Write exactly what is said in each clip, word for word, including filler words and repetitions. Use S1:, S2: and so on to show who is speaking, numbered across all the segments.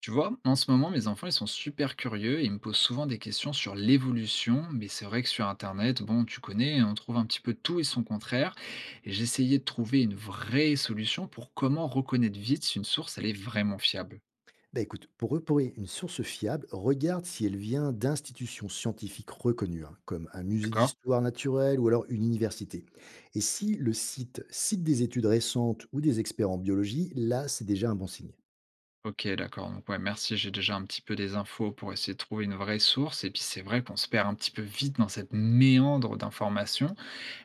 S1: Tu vois, en ce moment, mes enfants, ils sont super curieux et ils me posent souvent des questions sur l'évolution, mais c'est vrai que sur Internet, bon, tu connais, on trouve un petit peu tout et son contraire. Et j'essayais de trouver une vraie solution pour comment reconnaître vite si une source, elle est vraiment fiable.
S2: Bah écoute, pour repérer une source fiable, regarde si elle vient d'institutions scientifiques reconnues, hein, comme un musée
S1: D'accord?
S2: d'histoire naturelle ou alors une université. Et si le site cite des études récentes ou des experts en biologie, là, c'est déjà un bon signe.
S1: Ok, d'accord. Donc, ouais, merci, j'ai déjà un petit peu des infos pour essayer de trouver une vraie source. Et puis, c'est vrai qu'on se perd un petit peu vite dans cette méandre d'informations.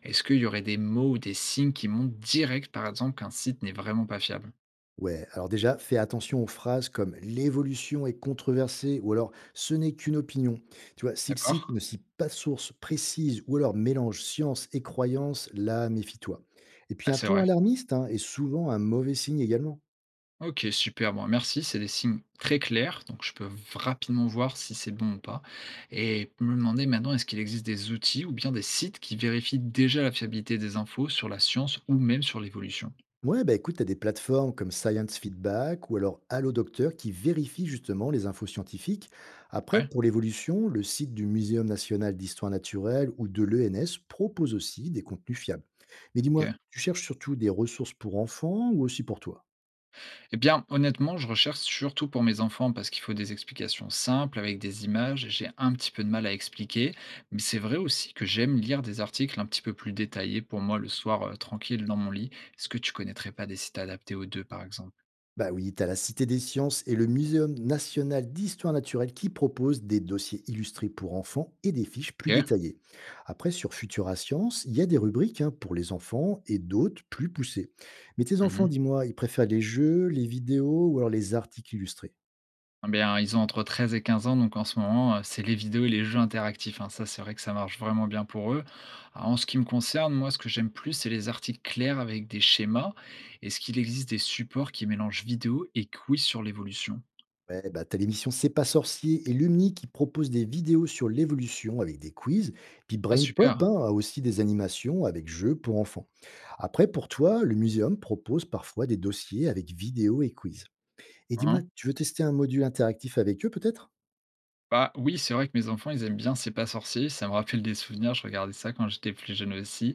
S1: Est-ce qu'il y aurait des mots ou des signes qui montrent direct, par exemple, qu'un site n'est vraiment pas fiable?
S2: Ouais, alors déjà, fais attention aux phrases comme l'évolution est controversée ou alors ce n'est qu'une opinion. Tu vois, si le site
S1: D'accord?
S2: ne cite pas de source précise ou alors mélange science et croyance, là, méfie-toi. Et puis
S1: Ah,
S2: un
S1: c'est
S2: ton
S1: vrai.
S2: alarmiste, hein, est souvent un mauvais signe également.
S1: OK, super, bon, merci, c'est des signes très clairs, donc je peux v rapidement voir si c'est bon ou pas et me demander maintenant, est-ce qu'il existe des outils ou bien des sites qui vérifient déjà la fiabilité des infos sur la science ou même sur l'évolution?
S2: Ouais, bah écoute, tu as des plateformes comme Science Feedback ou alors Allo Docteur qui vérifient justement les infos scientifiques. Après,
S1: Ouais,
S2: pour l'évolution, le site du Muséum national d'histoire naturelle ou de l'E N S propose aussi des contenus fiables. Mais dis-moi,
S1: OK.
S2: tu cherches surtout des ressources pour enfants ou aussi pour toi?
S1: Eh bien, honnêtement, je recherche surtout pour mes enfants parce qu'il faut des explications simples avec des images, j'ai un petit peu de mal à expliquer, mais c'est vrai aussi que j'aime lire des articles un petit peu plus détaillés pour moi le soir, heu, tranquille dans mon lit. Est-ce que tu connaîtrais pas des sites adaptés aux deux par exemple?
S2: Bah oui, t'as la Cité des Sciences et le Muséum national d'histoire naturelle qui proposent des dossiers illustrés pour enfants et des fiches plus
S1: OK.
S2: détaillées. Après, sur Futura Science, il y a des rubriques, hein, pour les enfants et d'autres plus poussées. Mais tes enfants,
S1: Mmh.
S2: dis-moi, ils préfèrent les jeux, les vidéos ou alors les articles illustrés?
S1: Ah bien, ils ont entre treize et quinze ans, donc en ce moment, heu, c'est les vidéos et les jeux interactifs, hein. Ça, c'est vrai que ça marche vraiment bien pour eux. Alors en ce qui me concerne, moi, ce que j'aime plus, c'est les articles clairs avec des schémas. Est-ce qu'il existe des supports qui mélangent vidéo et quiz sur l'évolution?
S2: Ouais, bah t'as l'émission C'est pas sorcier et l'U M N I qui propose des vidéos sur l'évolution avec des quiz. Puis
S1: Ah
S2: Brain Pop,
S1: super,
S2: hein, a aussi des animations avec jeux pour enfants. Après, pour toi, le muséum propose parfois des dossiers avec vidéos et quiz. Et dis-moi,
S1: hein.
S2: tu veux tester un module interactif avec eux peut-être?
S1: Bah, oui, c'est vrai que mes enfants, ils aiment bien C'est pas sorcier, ça me rappelle des souvenirs, je regardais ça quand j'étais plus jeune aussi.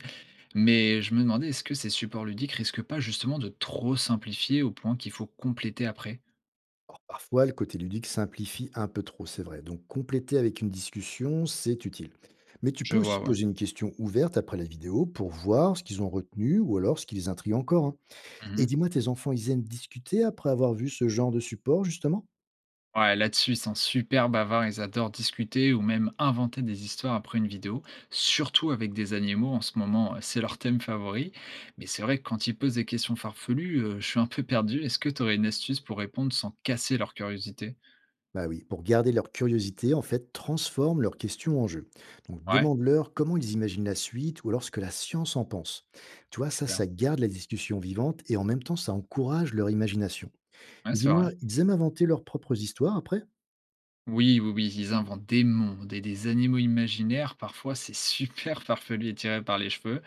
S1: Mais je me demandais, est-ce que ces supports ludiques risquent pas justement de trop simplifier au point qu'il faut compléter après?
S2: Par- Parfois, le côté ludique simplifie un peu trop, c'est vrai. Donc, compléter avec une discussion, c'est utile. Mais tu
S1: Je
S2: peux
S1: vois,
S2: aussi
S1: ouais.
S2: poser une question ouverte après la vidéo pour voir ce qu'ils ont retenu ou alors ce qui les intrigue encore, hein. Et
S1: Mmh.
S2: dis-moi, tes enfants, ils aiment discuter après avoir vu ce genre de support, justement?
S1: Ouais, là-dessus, ils sont super bavards, ils adorent discuter ou même inventer des histoires après une vidéo, surtout avec des animaux en ce moment, euh, c'est leur thème favori. Mais c'est vrai que quand ils posent des questions farfelues, euh, je suis un peu perdu. Est-ce que tu aurais une astuce pour répondre sans casser leur curiosité?
S2: Bah oui, pour garder leur curiosité, en fait, transforme leurs questions en jeu. Donc,
S1: Ouais,
S2: demande-leur comment ils imaginent la suite ou alors ce que la science en pense. Tu vois, ça,
S1: super.
S2: ça garde la discussion vivante et en même temps, ça encourage leur imagination.
S1: Ouais,
S2: Mais
S1: c'est
S2: dis-moi,
S1: vrai.
S2: ils aiment inventer leurs propres histoires après?
S1: Oui, oui, oui, ils inventent des mondes et des animaux imaginaires. Parfois, c'est super farfelu et tiré par les cheveux.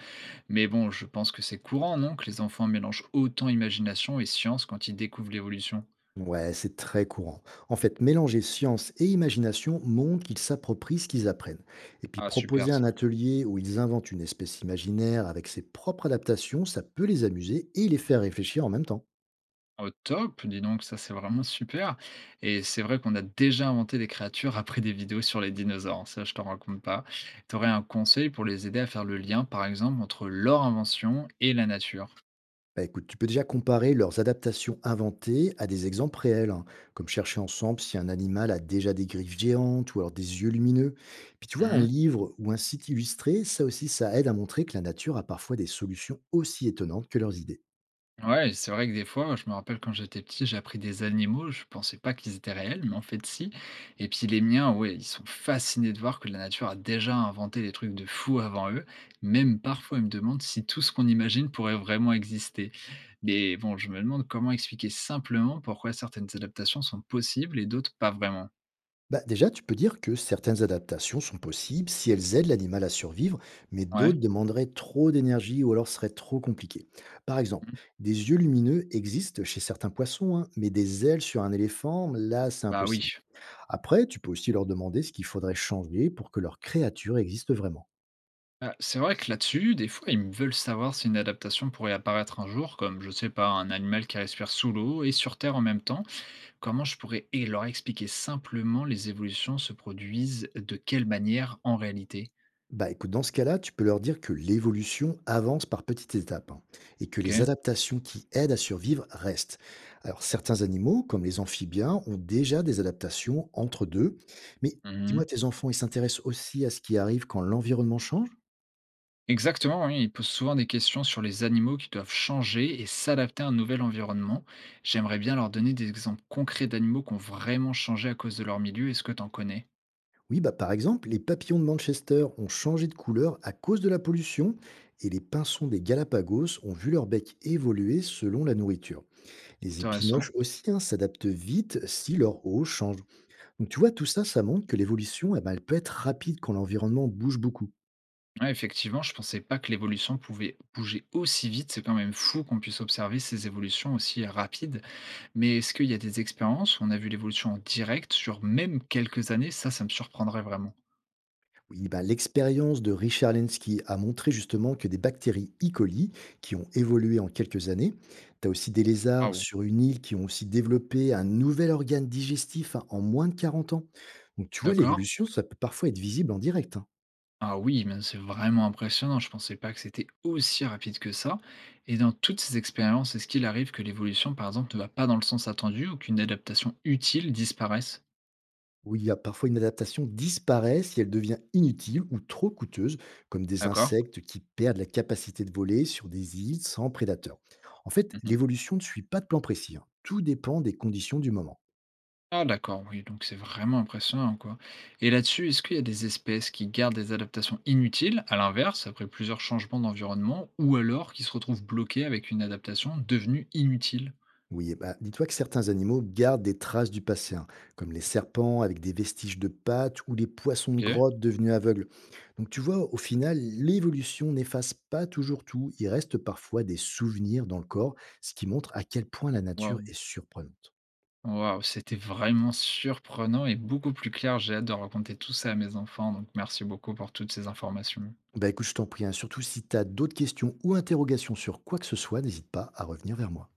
S1: Mais bon, je pense que c'est courant, non, que les enfants mélangent autant imagination et science quand ils découvrent l'évolution.
S2: Ouais, c'est très courant. En fait, mélanger science et imagination montre qu'ils s'approprient ce qu'ils apprennent. Et puis,
S1: Ah, super
S2: proposer
S1: ça.
S2: un atelier où ils inventent une espèce imaginaire avec ses propres adaptations, ça peut les amuser et les faire réfléchir en même temps.
S1: Au top, dis donc, ça c'est vraiment super et c'est vrai qu'on a déjà inventé des créatures après des vidéos sur les dinosaures, hein, ça je t'en raconte pas. Tu aurais un conseil pour les aider à faire le lien, par exemple, entre leur invention et la nature?
S2: Bah, écoute, tu peux déjà comparer leurs adaptations inventées à des exemples réels, hein, comme chercher ensemble si un animal a déjà des griffes géantes ou alors des yeux lumineux. Puis tu vois, un
S1: Mmh.
S2: livre ou un site illustré, ça aussi, ça aide à montrer que la nature a parfois des solutions aussi étonnantes que leurs idées.
S1: Ouais, c'est vrai que des fois, je me rappelle quand j'étais petit, j'ai appris des animaux, je pensais pas qu'ils étaient réels, mais en fait si. Et puis les miens, ouais, ils sont fascinés de voir que la nature a déjà inventé des trucs de fous avant eux. Même parfois, ils me demandent si tout ce qu'on imagine pourrait vraiment exister. Mais bon, je me demande comment expliquer simplement pourquoi certaines adaptations sont possibles et d'autres pas vraiment.
S2: Bah, déjà, tu peux dire que certaines adaptations sont possibles si elles aident l'animal à survivre, mais
S1: Ouais.
S2: d'autres demanderaient trop d'énergie ou alors seraient trop compliquées. Par exemple,
S1: Mhm.
S2: des yeux lumineux existent chez certains poissons, hein, mais des ailes sur un éléphant, là, c'est
S1: Bah oui.
S2: impossible. Après, tu peux aussi leur demander ce qu'il faudrait changer pour que leur créature existe vraiment.
S1: Bah, c'est vrai que là-dessus, des fois, ils me veulent savoir si une adaptation pourrait apparaître un jour, comme, je sais pas, un animal qui respire sous l'eau et sur Terre en même temps. Comment je pourrais et leur expliquer simplement les évolutions se produisent de quelle manière en réalité?
S2: Bah écoute, dans ce cas-là, tu peux leur dire que l'évolution avance par petites étapes, hein, et que les
S1: OK.
S2: adaptations qui aident à survivre restent. Alors certains animaux, comme les amphibiens, ont déjà des adaptations entre deux. Mais dis-moi,
S1: Mmh.
S2: tes enfants, ils s'intéressent aussi à ce qui arrive quand l'environnement change?
S1: Exactement, oui, ils posent souvent des questions sur les animaux qui doivent changer et s'adapter à un nouvel environnement. J'aimerais bien leur donner des exemples concrets d'animaux qui ont vraiment changé à cause de leur milieu. Est-ce que tu en connais?
S2: Oui, bah par exemple, les papillons de Manchester ont changé de couleur à cause de la pollution et les pinsons des Galapagos ont vu leur bec évoluer selon la nourriture. Les épinoches
S1: Intéressant.
S2: aussi, hein, s'adaptent vite si leur eau change. Donc tu vois, tout ça, ça montre que l'évolution, eh ben, elle peut être rapide quand l'environnement bouge beaucoup.
S1: Ouais, effectivement, je pensais pas que l'évolution pouvait bouger aussi vite. C'est quand même fou qu'on puisse observer ces évolutions aussi rapides. Mais est-ce qu'il y a des expériences où on a vu l'évolution en direct sur même quelques années? Ça, ça me surprendrait vraiment.
S2: Oui, ben, l'expérience de Richard Lenski a montré justement que des bactéries E. coli, qui ont évolué en quelques années, tu as aussi des lézards
S1: Waouh!
S2: sur une île qui ont aussi développé un nouvel organe digestif, hein, en moins de quarante ans. Donc tu vois,
S1: D'accord?
S2: l'évolution, ça peut parfois être visible en direct, hein.
S1: Ah oui, mais c'est vraiment impressionnant. Je pensais pas que c'était aussi rapide que ça. Et dans toutes ces expériences, est-ce qu'il arrive que l'évolution, par exemple, ne va pas dans le sens attendu ou qu'une adaptation utile disparaisse?
S2: Oui, il y a parfois une adaptation disparaît si elle devient inutile ou trop coûteuse, comme des
S1: D'accord?
S2: insectes qui perdent la capacité de voler sur des îles sans prédateurs. En fait,
S1: Mmh.
S2: l'évolution ne suit pas de plan précis, hein. Tout dépend des conditions du moment.
S1: Ah d'accord, oui, donc c'est vraiment impressionnant, quoi. Et là-dessus, est-ce qu'il y a des espèces qui gardent des adaptations inutiles, à l'inverse, après plusieurs changements d'environnement, ou alors qui se retrouvent bloquées avec une adaptation devenue inutile?
S2: Oui, eh ben, dis-toi que certains animaux gardent des traces du passé, hein, comme les serpents avec des vestiges de pattes ou les poissons de
S1: Ok,
S2: grotte devenus aveugles. Donc tu vois, au final, l'évolution n'efface pas toujours tout. Il reste parfois des souvenirs dans le corps, ce qui montre à quel point la nature
S1: waouh,
S2: est surprenante.
S1: waouh, c'était vraiment surprenant et beaucoup plus clair. J'ai hâte de raconter tout ça à mes enfants, donc merci beaucoup pour toutes ces informations.
S2: Bah écoute, je t'en prie, hein. Surtout si tu as d'autres questions ou interrogations sur quoi que ce soit, n'hésite pas à revenir vers moi.